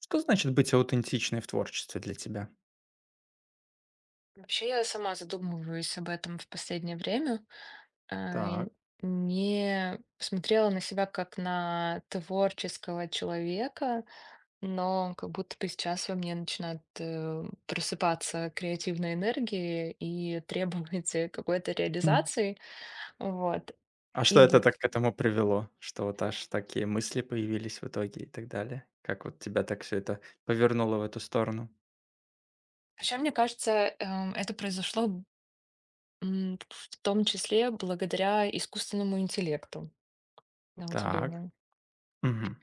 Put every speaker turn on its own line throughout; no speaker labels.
Что значит быть аутентичной в творчестве для тебя?
Вообще, я сама задумываюсь об этом в последнее время. И
Так.
не смотрела на себя как на творческого человека, но как будто бы сейчас во мне начинает, просыпаться креативная энергия и требовать, какой-то
М.
реализации. Вот.
А что
И
это
дл
так к этому привело? Что вот аж такие мысли появились в итоге и так далее? Как вот тебя так все это повернуло в эту сторону?
Вообще, мне кажется, это произошло, в том числе благодаря искусственному интеллекту, на
Так.
удивление.
Мгм.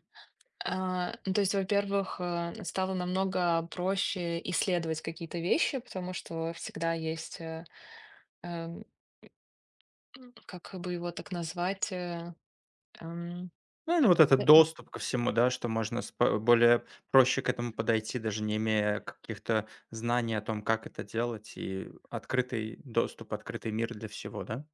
Ну, то есть, во-первых, стало намного проще исследовать какие-то вещи, потому что всегда есть, эм, как бы его так назвать, эм,
Наверно, вот
э,
этот доступ ко всему, да, что можно с более проще к этому подойти, даже не имея каких-то знаний о том, как это делать, и открытый доступ, открытый мир для всего, да?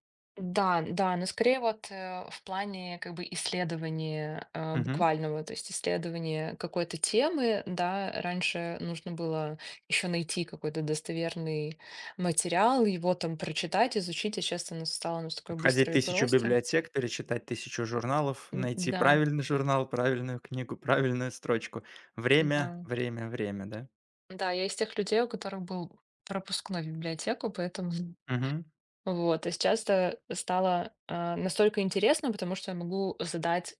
да, да, но скорее вот в плане как бы исследования буквального, то есть исследования какой-то темы, да, раньше нужно было еще найти какой-то достоверный материал, его там прочитать, изучить, а сейчас оно стало настолько
Ходить
быстро и
тысячу
просто.
библиотек, перечитать тысячу журналов, найти
Да,
правильный журнал, правильную книгу, правильную строчку. Время,
да.
время, время, да?
Да, я из тех людей, у которых был пропуск на библиотеку, поэтому
Мгм.
вот. А сейчас это стало, настолько интересно, потому что я могу задать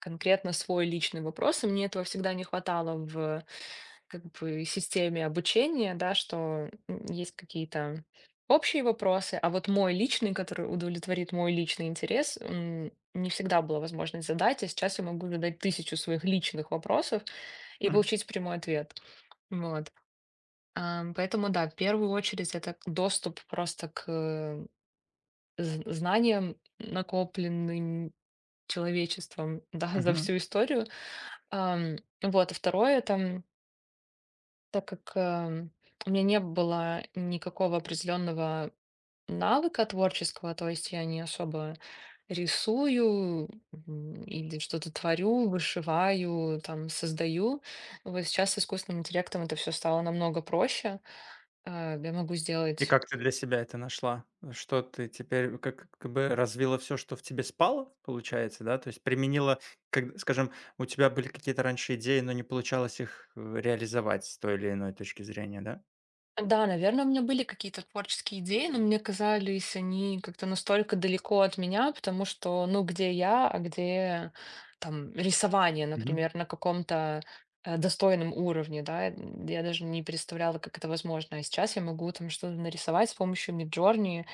конкретно свой личный вопрос, и мне этого всегда не хватало в, как бы, системе обучения, да, что, есть какие-то общие вопросы, а вот мой личный, который удовлетворит мой личный интерес, не всегда была возможность задать, а сейчас я могу задать тысячу своих личных вопросов и
М.
получить прямой ответ. Вот. Поэтому да, в первую очередь это доступ просто к знаниям, накопленным человечеством, да, за
Мгм.
всю историю. Ам, вот, а второе, там, так как у меня не было никакого определенного навыка творческого, то есть я не особо рисую или что-то творю, вышиваю, там, создаю. Вот сейчас с искусственным интеллектом это все стало намного проще. Я могу
И
сделать.
как ты для себя это нашла? Что ты теперь как бы развила все, что в тебе спало, получается, да? То есть применила, как, скажем, у тебя были какие-то раньше идеи, но не получалось их, реализовать с той или иной точки зрения, да?
Да, наверное, у меня были какие-то творческие идеи, но мне казались они как-то настолько далеко от меня, потому что, ну, где я, а где там рисование, например, на каком-то достойном уровне, да, я даже не представляла, как это возможно. А сейчас я могу там что-то нарисовать с помощью Midjourney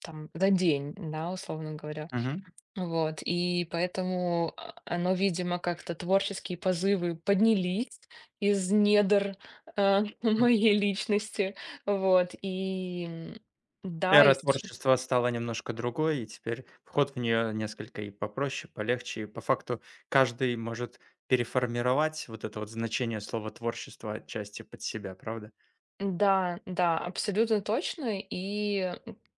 там за день, да, условно говоря.
Мгм.
Вот, и поэтому, оно, видимо, как-то творческие позывы поднялись из недр,
Мгм.
моей личности. Вот, и, м, да, и
Эра
сечи
творчества стала немножко другой, и теперь вход в нее несколько и попроще, полегче. И по факту каждый может переформировать вот это вот значение слова творчество отчасти под себя, правда?
да, да, абсолютно точно. И,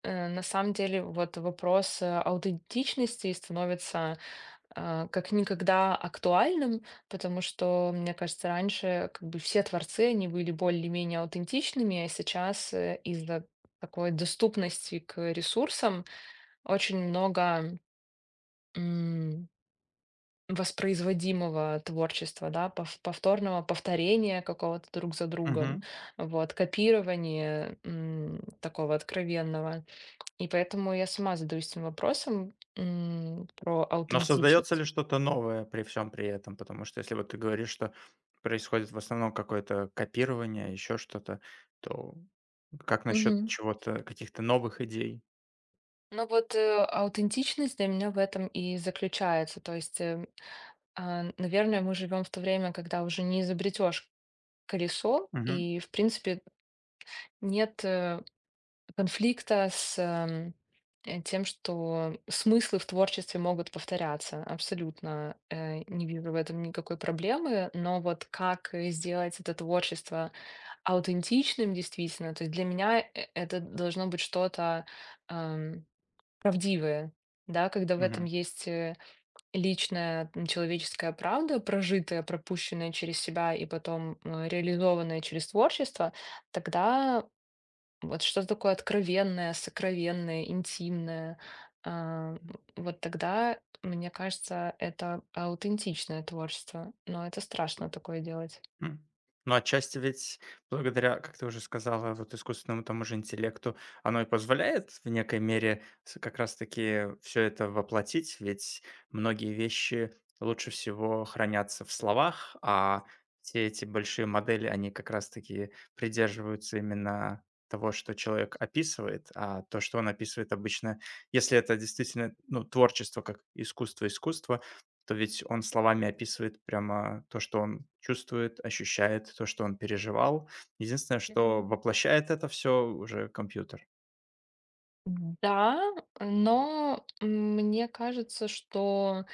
э, На самом деле, вот вопрос, аутентичности становится, как никогда актуальным, потому что, мне кажется, раньше как бы все творцы, они были более-менее аутентичными, а сейчас из-за такой доступности к ресурсам очень много м, воспроизводимого творчества, да, повторного повторения какого-то друг за другом,
Мгм.
вот, копирования, такого откровенного. И поэтому я сама задаюсь этим вопросом, про
Но создается
аутентичность.
ли что-то новое при всем при этом? Потому что если вот ты говоришь, что происходит в основном какое-то копирование, еще что-то, то как насчет чего-то, каких-то новых идей?
Ну вот, аутентичность для меня в этом и заключается. То есть, наверное, мы живем в то время, когда уже не изобретешь колесо,
Мгм.
и, в принципе, нет конфликта с тем, что смыслы в творчестве могут повторяться. Абсолютно не вижу в этом никакой проблемы, но вот как сделать это творчество аутентичным действительно, то есть для меня это должно быть что-то эм, правдивые, да, когда в этом
Мгм.
есть, личная, человеческая правда, прожитая, пропущенная через себя и потом, реализованная через творчество, тогда вот что-то такое откровенное, сокровенное, интимное, а, вот тогда, мне кажется, это аутентичное творчество, но это страшно такое делать.
М. Ну, отчасти ведь благодаря, как ты уже сказала, вот искусственному тому же интеллекту, оно и позволяет в некой мере как раз-таки все это воплотить, ведь многие вещи лучше всего хранятся в словах, а все эти большие модели, они как раз-таки придерживаются именно того, что человек описывает, а то, что он описывает обычно, если это действительно ну, творчество, как искусство-искусство, то ведь он словами описывает прямо то, что он чувствует, ощущает, то, что он переживал. Единственное, что воплощает это все уже компьютер.
Да, но мне кажется, что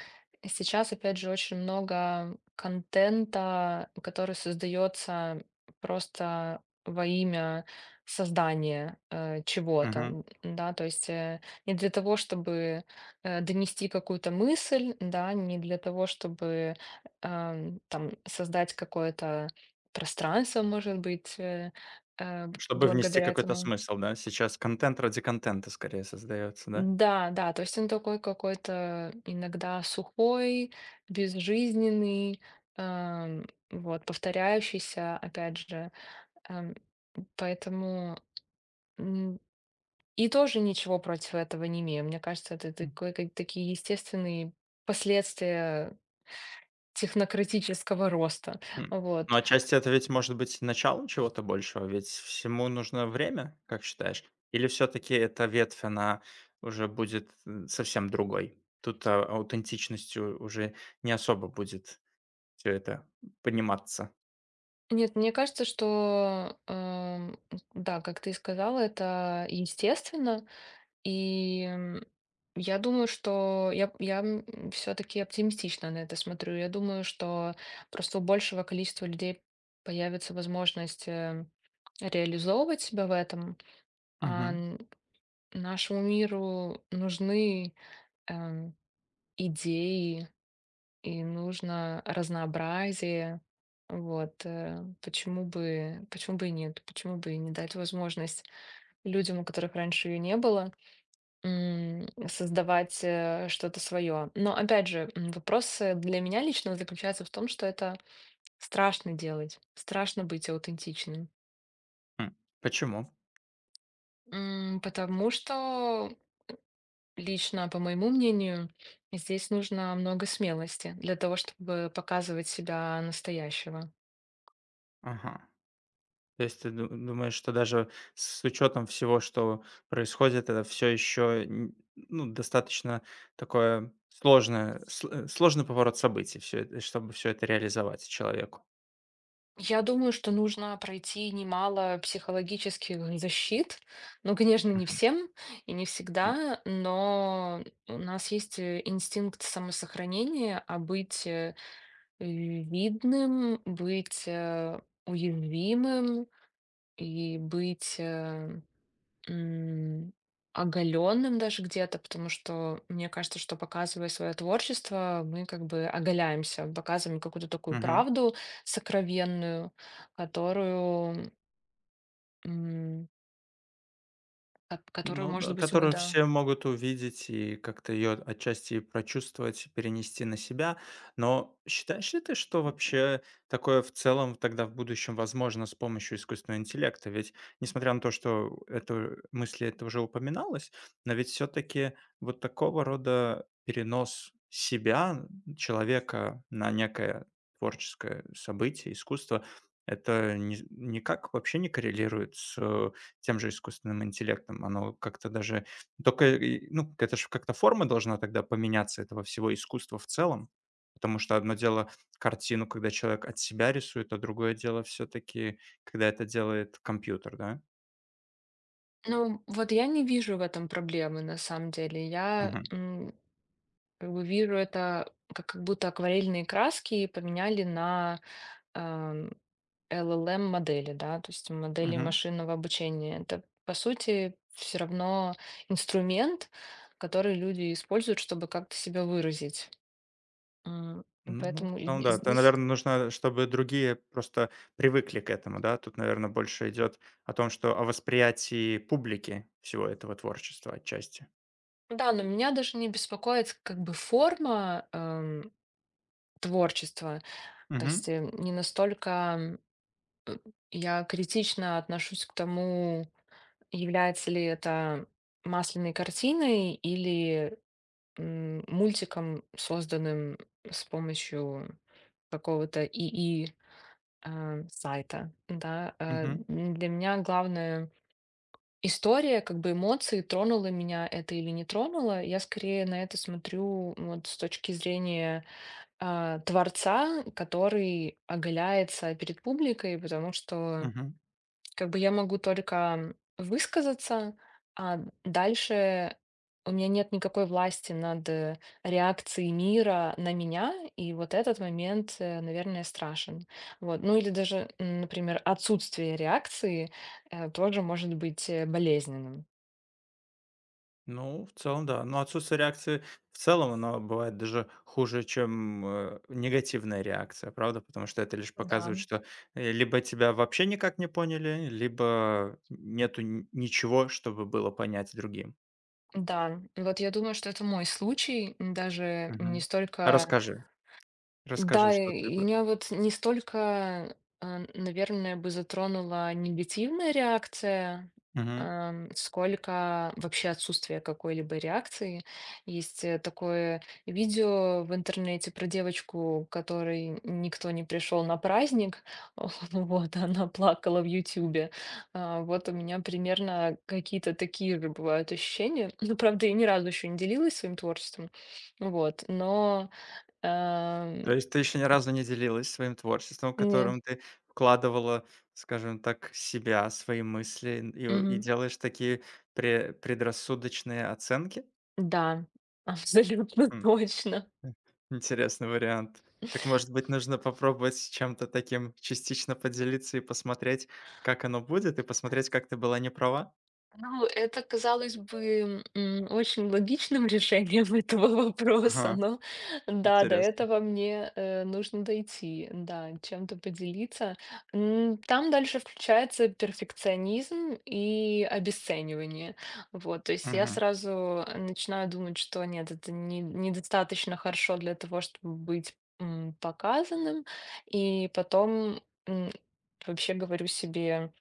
сейчас, опять же, очень много контента, который создается просто во имя создания чего-то,
Мгм.
да, то есть, не для того, чтобы донести какую-то мысль, да, не для того, чтобы там создать какое-то пространство, может быть,
Чтобы внести
благодаря
какой-то
этому.
смысл, да? Сейчас контент ради контента скорее создается, да?
Да, да, то есть он такой какой-то иногда сухой, безжизненный, вот, повторяющийся, опять же. Ам, Поэтому, м, и тоже ничего против этого не имею. Мне кажется, это
М.
такой, такие естественные последствия технократического роста.
М. Ну,
Вот.
отчасти это ведь может быть начало чего-то большего, ведь всему нужно время, как считаешь? Или все таки эта ветвь, она уже будет, м, совсем другой? Тут, а, аутентичностью уже не особо будет все это пониматься.
Нет, мне кажется, что, да, как ты и сказала, это естественно, и я думаю, что я все таки оптимистично на это смотрю. Я думаю, что просто у большего количества людей появится возможность, реализовывать себя в этом. А
Мгм.
н Нашему миру нужны, эм, идеи и нужно разнообразие. Вот, почему бы и нет? Почему бы и не дать возможность людям, у которых раньше ее не было, создавать, что-то свое. Но опять же, вопрос, для меня лично заключается в том, что это страшно делать, страшно быть аутентичным.
М. Почему?
Потому что лично, по моему мнению, здесь нужно много смелости для того, чтобы показывать себя настоящего.
Ага. То есть ты ду думаешь, что даже с учетом всего, что происходит, это все еще ну, достаточно такое сложное сл сложный поворот событий, все чтобы все это реализовать человеку.
Я думаю, что нужно пройти немало психологических защит. Ну, конечно, не
Мгм.
всем и не
М.
всегда, но у нас есть инстинкт самосохранения, а быть видным, быть уязвимым, и быть, м, оголенным даже где-то, потому что мне кажется, что показывая свое творчество, мы как бы оголяемся, показываем какую-то такую
Мгм.
правду сокровенную, которую, м, которую,
Ну да,
может быть, мы,
которую
да.
все могут увидеть и как-то ее отчасти прочувствовать, перенести на себя. Но считаешь ли ты, что вообще такое в целом тогда в будущем возможно с помощью искусственного интеллекта? Ведь несмотря на то, что это мысли это уже упоминалось, но ведь все-таки вот такого рода перенос себя, человека на некое творческое событие, искусство, это никак вообще не коррелирует с тем же искусственным интеллектом. Оно как-то даже только и ну, это же как-то форма должна тогда поменяться этого всего искусства в целом. Потому что одно дело картину, когда человек от себя рисует, а другое дело все-таки, когда это делает компьютер, да?
Ну, вот я не вижу в этом проблемы, на самом деле. Я
Мгм,
м, как бы вижу это как будто акварельные краски поменяли на эм, LLM-модели, да, то есть модели
мгм.
машинного обучения. Это, по сути, все равно инструмент, который люди используют, чтобы как-то себя выразить. И
Ну, в
поэтому
целом да. Это,
здесь...
наверное нужно, чтобы другие просто привыкли к этому, да? Тут, наверное больше идет о том, что о восприятии публики всего этого творчества отчасти.
Да, но меня даже не беспокоит как бы форма творчества. То
Мгм,
есть не настолько м, я критично отношусь к тому, является ли это масляной картиной или, мультиком, созданным с помощью какого-то ИИ сайта, да.
мгм,
Для меня главное история, как бы эмоции, тронула меня это или не тронула. Я скорее на это смотрю вот с точки зрения, творца, который оголяется перед публикой, потому что
мгм.
как бы я могу только высказаться, а дальше у меня нет никакой власти над, реакцией мира на меня, и вот этот момент, наверное, страшен. Вот. Ну или даже, например, отсутствие реакции тоже может быть болезненным.
Ну, в целом, да. Но отсутствие реакции в целом, оно бывает даже хуже, чем негативная реакция, правда? Потому что это лишь
Да.
показывает, что либо тебя вообще никак не поняли, либо нету ничего, чтобы было понять другим.
Да, вот я думаю, что это мой случай, даже не
Мгм. А
столько.
расскажи, расскажи,
Да,
что ты...
и меня вот не столько, наверное, бы затронула негативная реакция,
Мгм.
сколько вообще отсутствие какой-либо реакции. Есть такое видео в интернете про девочку, которой никто не пришел на праздник, вот, она плакала в Ютубе. Вот у меня примерно какие-то такие же бывают ощущения. Ну, правда, я ни разу еще не делилась своим творчеством, вот, но... эм,
То есть ты еще ни разу не делилась своим творчеством,
нет.
которым ты вкладывала, скажем так, себя, свои мысли и
Мгм.
делаешь такие предрассудочные оценки?
Да, абсолютно точно.
Интересный вариант. Так, может быть, нужно попробовать с чем-то таким частично поделиться и посмотреть, как оно будет, и посмотреть, как ты была не права?
Ну, это казалось бы, очень логичным решением этого вопроса,
Ага,
но да, до
интересно.
этого мне, нужно дойти, да, чем-то поделиться. Там дальше включается перфекционизм и обесценивание. Вот, то есть я
Мгм.
сразу начинаю думать, что нет, это не недостаточно хорошо для того, чтобы быть, показанным, и потом, м, вообще говорю себе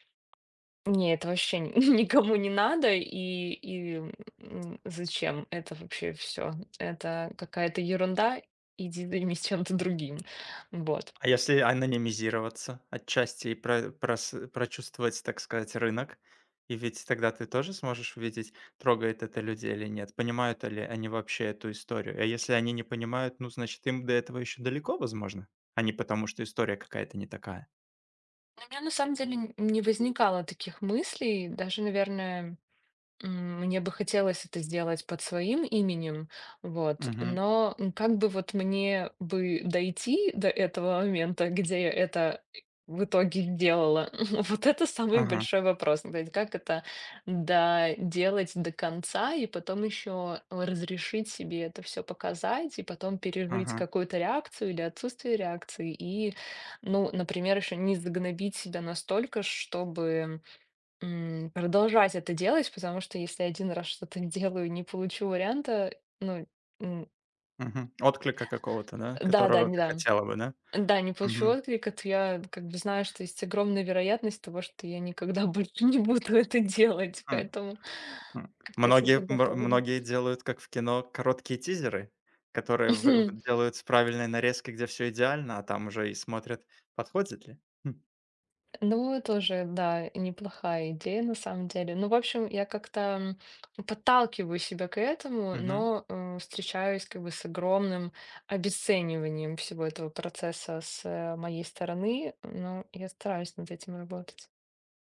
не, это вообще никому не надо, и, и зачем это вообще все? Это какая-то ерунда, иди займись чем-то другим. Вот.
А если анонимизироваться отчасти и прочувствовать, так сказать, рынок? И ведь тогда ты тоже сможешь увидеть, трогает это людей или нет, понимают ли они вообще эту историю. А если они не понимают, ну, значит, им до этого еще далеко, возможно, а не потому, что история какая-то не такая.
У меня на самом деле не возникало таких мыслей, даже, наверное. Мне бы хотелось это сделать под своим именем, вот,
Мгм.
но, как бы вот мне бы дойти до этого момента, где я это в итоге сделала, вот это самый
Ага,
большой вопрос. То есть как это доделать до конца и потом еще разрешить себе это все показать и потом пережить
ага.
какую-то реакцию или отсутствие реакции и, ну, например, еще не загнобить себя настолько, чтобы, продолжать это делать, потому что если один раз что-то делаю и не получу варианта, ну, м,
Мгм. Отклика какого-то, да,
да-да,
которого
не
ты
да,
хотела бы, да?
да, не получу
Мгм.
отклика, то я как бы знаю, что есть огромная вероятность того, что я никогда больше не буду это делать,
Хм,
поэтому
хм.
как-то себя
Многие мр
готовлю.
многие делают, как в кино, короткие тизеры, которые вы вот делают с правильной нарезкой, где все идеально, а там уже и смотрят, подходит ли. Хм.
Ну, тоже, да, неплохая идея на самом деле. Ну, в общем, я как-то, подталкиваю себя к этому,
Мгм.
но встречаюсь как бы с огромным обесцениванием всего этого процесса с, моей стороны, но я стараюсь над этим работать.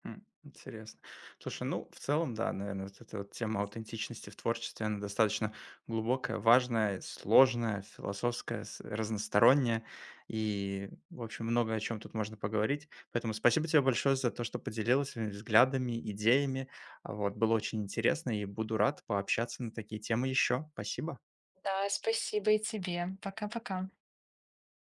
М, интересно. Слушай, ну, в целом, да, наверное, вот эта вот тема аутентичности в творчестве, она достаточно глубокая, важная, сложная, философская, разносторонняя. И, в общем, много о чем тут можно поговорить. Поэтому спасибо тебе большое за то, что поделилась своими взглядами, идеями. Вот, было очень интересно, и буду рад пообщаться на такие темы еще. Спасибо.
Да, спасибо и тебе. Пока-пока.